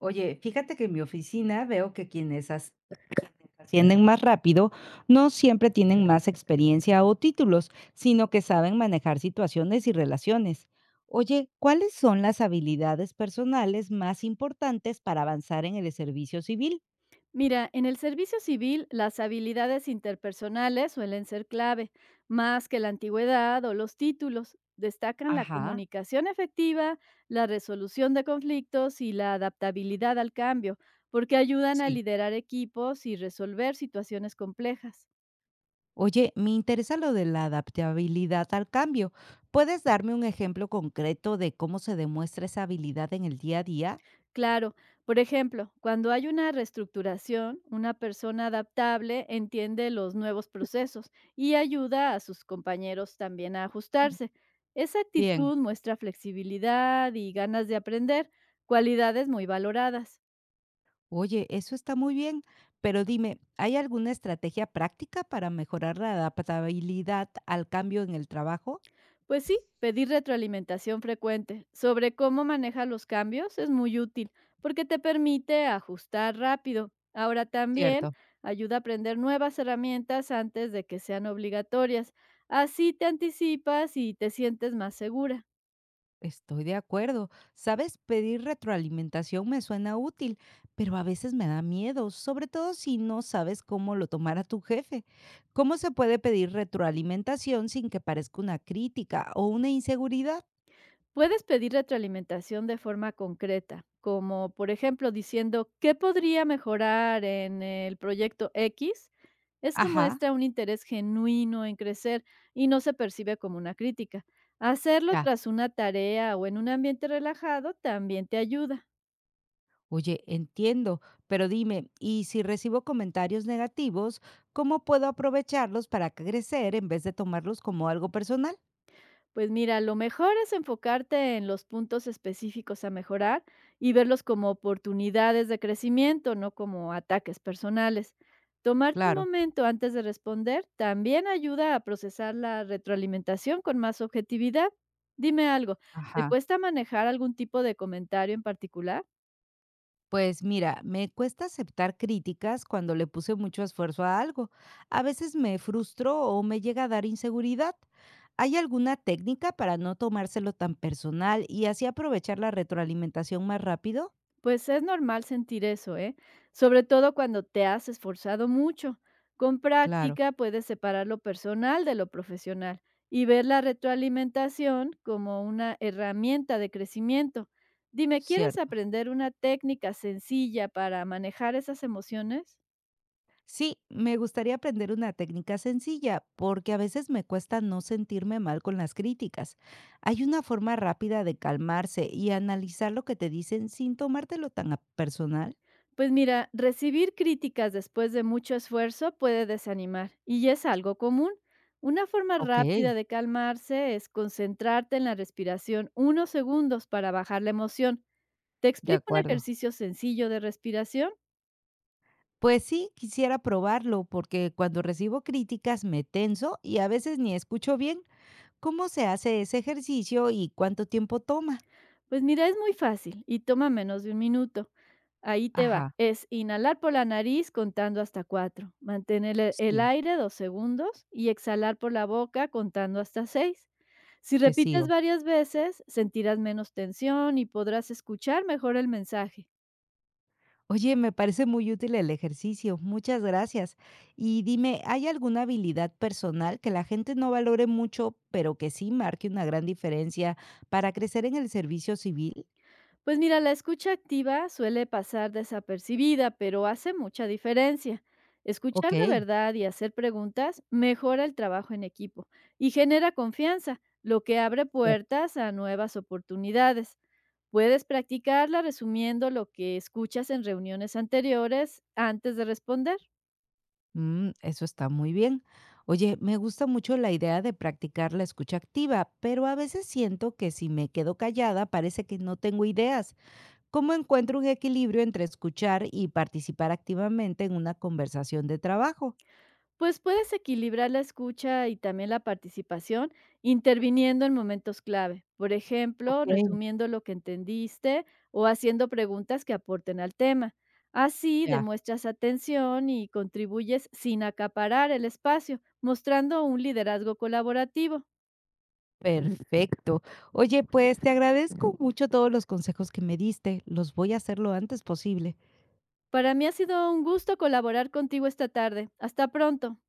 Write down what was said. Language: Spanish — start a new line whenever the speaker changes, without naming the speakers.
Oye, fíjate que en mi oficina veo que ascienden más rápido no siempre tienen más experiencia o títulos, sino que saben manejar situaciones y relaciones. Oye, ¿cuáles son las habilidades personales más importantes para avanzar en el servicio civil?
Mira, en el servicio civil las habilidades interpersonales suelen ser clave, más que la antigüedad o los títulos. Destacan la
Ajá,
comunicación efectiva, la resolución de conflictos y la adaptabilidad al cambio, porque ayudan a
sí.
liderar equipos y resolver situaciones complejas.
Oye, me interesa lo de la adaptabilidad al cambio. ¿Puedes darme un ejemplo concreto de cómo se demuestra esa habilidad en el día a día?
Claro, por ejemplo, cuando hay una reestructuración, una persona adaptable entiende los nuevos procesos y ayuda a sus compañeros también a ajustarse. Esa
Bien.
actitud muestra flexibilidad y ganas de aprender, cualidades muy valoradas.
Oye, eso está muy bien, pero dime, ¿hay alguna estrategia práctica para mejorar la adaptabilidad al cambio en el trabajo?
Pues sí, pedir retroalimentación frecuente sobre cómo maneja los cambios es muy útil porque te permite ajustar rápido. Ahora también
Cierto.
ayuda a aprender nuevas herramientas antes de que sean obligatorias. Así te anticipas y te sientes más segura.
Estoy de acuerdo. Sabes, pedir retroalimentación me suena útil, pero a veces me da miedo, sobre todo si no sabes cómo lo tomará tu jefe. ¿Cómo se puede pedir retroalimentación sin que parezca una crítica o una inseguridad?
Puedes pedir retroalimentación de forma concreta, como por ejemplo diciendo, ¿qué podría mejorar en el proyecto X? Eso
Ajá.
muestra un interés genuino en crecer y no se percibe como una crítica. Hacerlo
Ya.
tras una tarea o en un ambiente relajado también te ayuda.
Oye, entiendo, pero dime, ¿y si recibo comentarios negativos, cómo puedo aprovecharlos para crecer en vez de tomarlos como algo personal?
Pues mira, lo mejor es enfocarte en los puntos específicos a mejorar y verlos como oportunidades de crecimiento, no como ataques personales. Tomarte un
Claro.
momento antes de responder también ayuda a procesar la retroalimentación con más objetividad. Dime algo, ¿te
Ajá.
cuesta manejar algún tipo de comentario en particular?
Pues mira, me cuesta aceptar críticas cuando le puse mucho esfuerzo a algo. A veces me frustro o me llega a dar inseguridad. ¿Hay alguna técnica para no tomárselo tan personal y así aprovechar la retroalimentación más rápido?
Pues es normal sentir eso, ¿eh? Sobre todo cuando te has esforzado mucho. Con
Claro,
práctica puedes separar lo personal de lo profesional y ver la retroalimentación como una herramienta de crecimiento. Dime, ¿quieres
cierto.
aprender una técnica sencilla para manejar esas emociones?
Sí, me gustaría aprender una técnica sencilla, porque a veces me cuesta no sentirme mal con las críticas. Hay una forma rápida de calmarse y analizar lo que te dicen sin tomártelo tan a personal.
Pues mira, recibir críticas después de mucho esfuerzo puede desanimar y es algo común. Una forma
Ok,
rápida de calmarse es concentrarte en la respiración unos segundos para bajar la emoción. Te
de
explico un
acuerdo.
ejercicio sencillo de respiración.
Pues sí, quisiera probarlo, porque cuando recibo críticas me tenso y a veces ni escucho bien cómo se hace ese ejercicio y cuánto tiempo toma.
Pues mira, es muy fácil y toma menos de un minuto. Ahí te va.
Ajá,
Es inhalar por la nariz contando hasta 4, mantener el
sí,
aire 2 segundos y exhalar por la boca contando hasta 6. Si
te
repites
sigo.
varias veces, sentirás menos tensión y podrás escuchar mejor el mensaje.
Oye, me parece muy útil el ejercicio, muchas gracias. Y dime, ¿hay alguna habilidad personal que la gente no valore mucho, pero que sí marque una gran diferencia para crecer en el servicio civil?
Pues mira, la escucha activa suele pasar desapercibida, pero hace mucha diferencia.
Ok,
Escuchar de verdad y hacer preguntas mejora el trabajo en equipo y genera confianza, lo que abre
cierto.
puertas a nuevas oportunidades. Puedes practicarla resumiendo lo que escuchas en reuniones anteriores antes de responder.
Mm, eso está muy bien. Oye, me gusta mucho la idea de practicar la escucha activa, pero a veces siento que si me quedo callada parece que no tengo ideas. ¿Cómo encuentro un equilibrio entre escuchar y participar activamente en una conversación de trabajo?
Pues puedes equilibrar la escucha y también la participación interviniendo en momentos clave. Por ejemplo,
Ok,
resumiendo lo que entendiste o haciendo preguntas que aporten al tema. Así
ya.
demuestras atención y contribuyes sin acaparar el espacio, mostrando un liderazgo colaborativo.
Perfecto. Oye, pues te agradezco mucho todos los consejos que me diste. Los voy a hacer lo antes posible.
Para mí ha sido un gusto colaborar contigo esta tarde. Hasta pronto.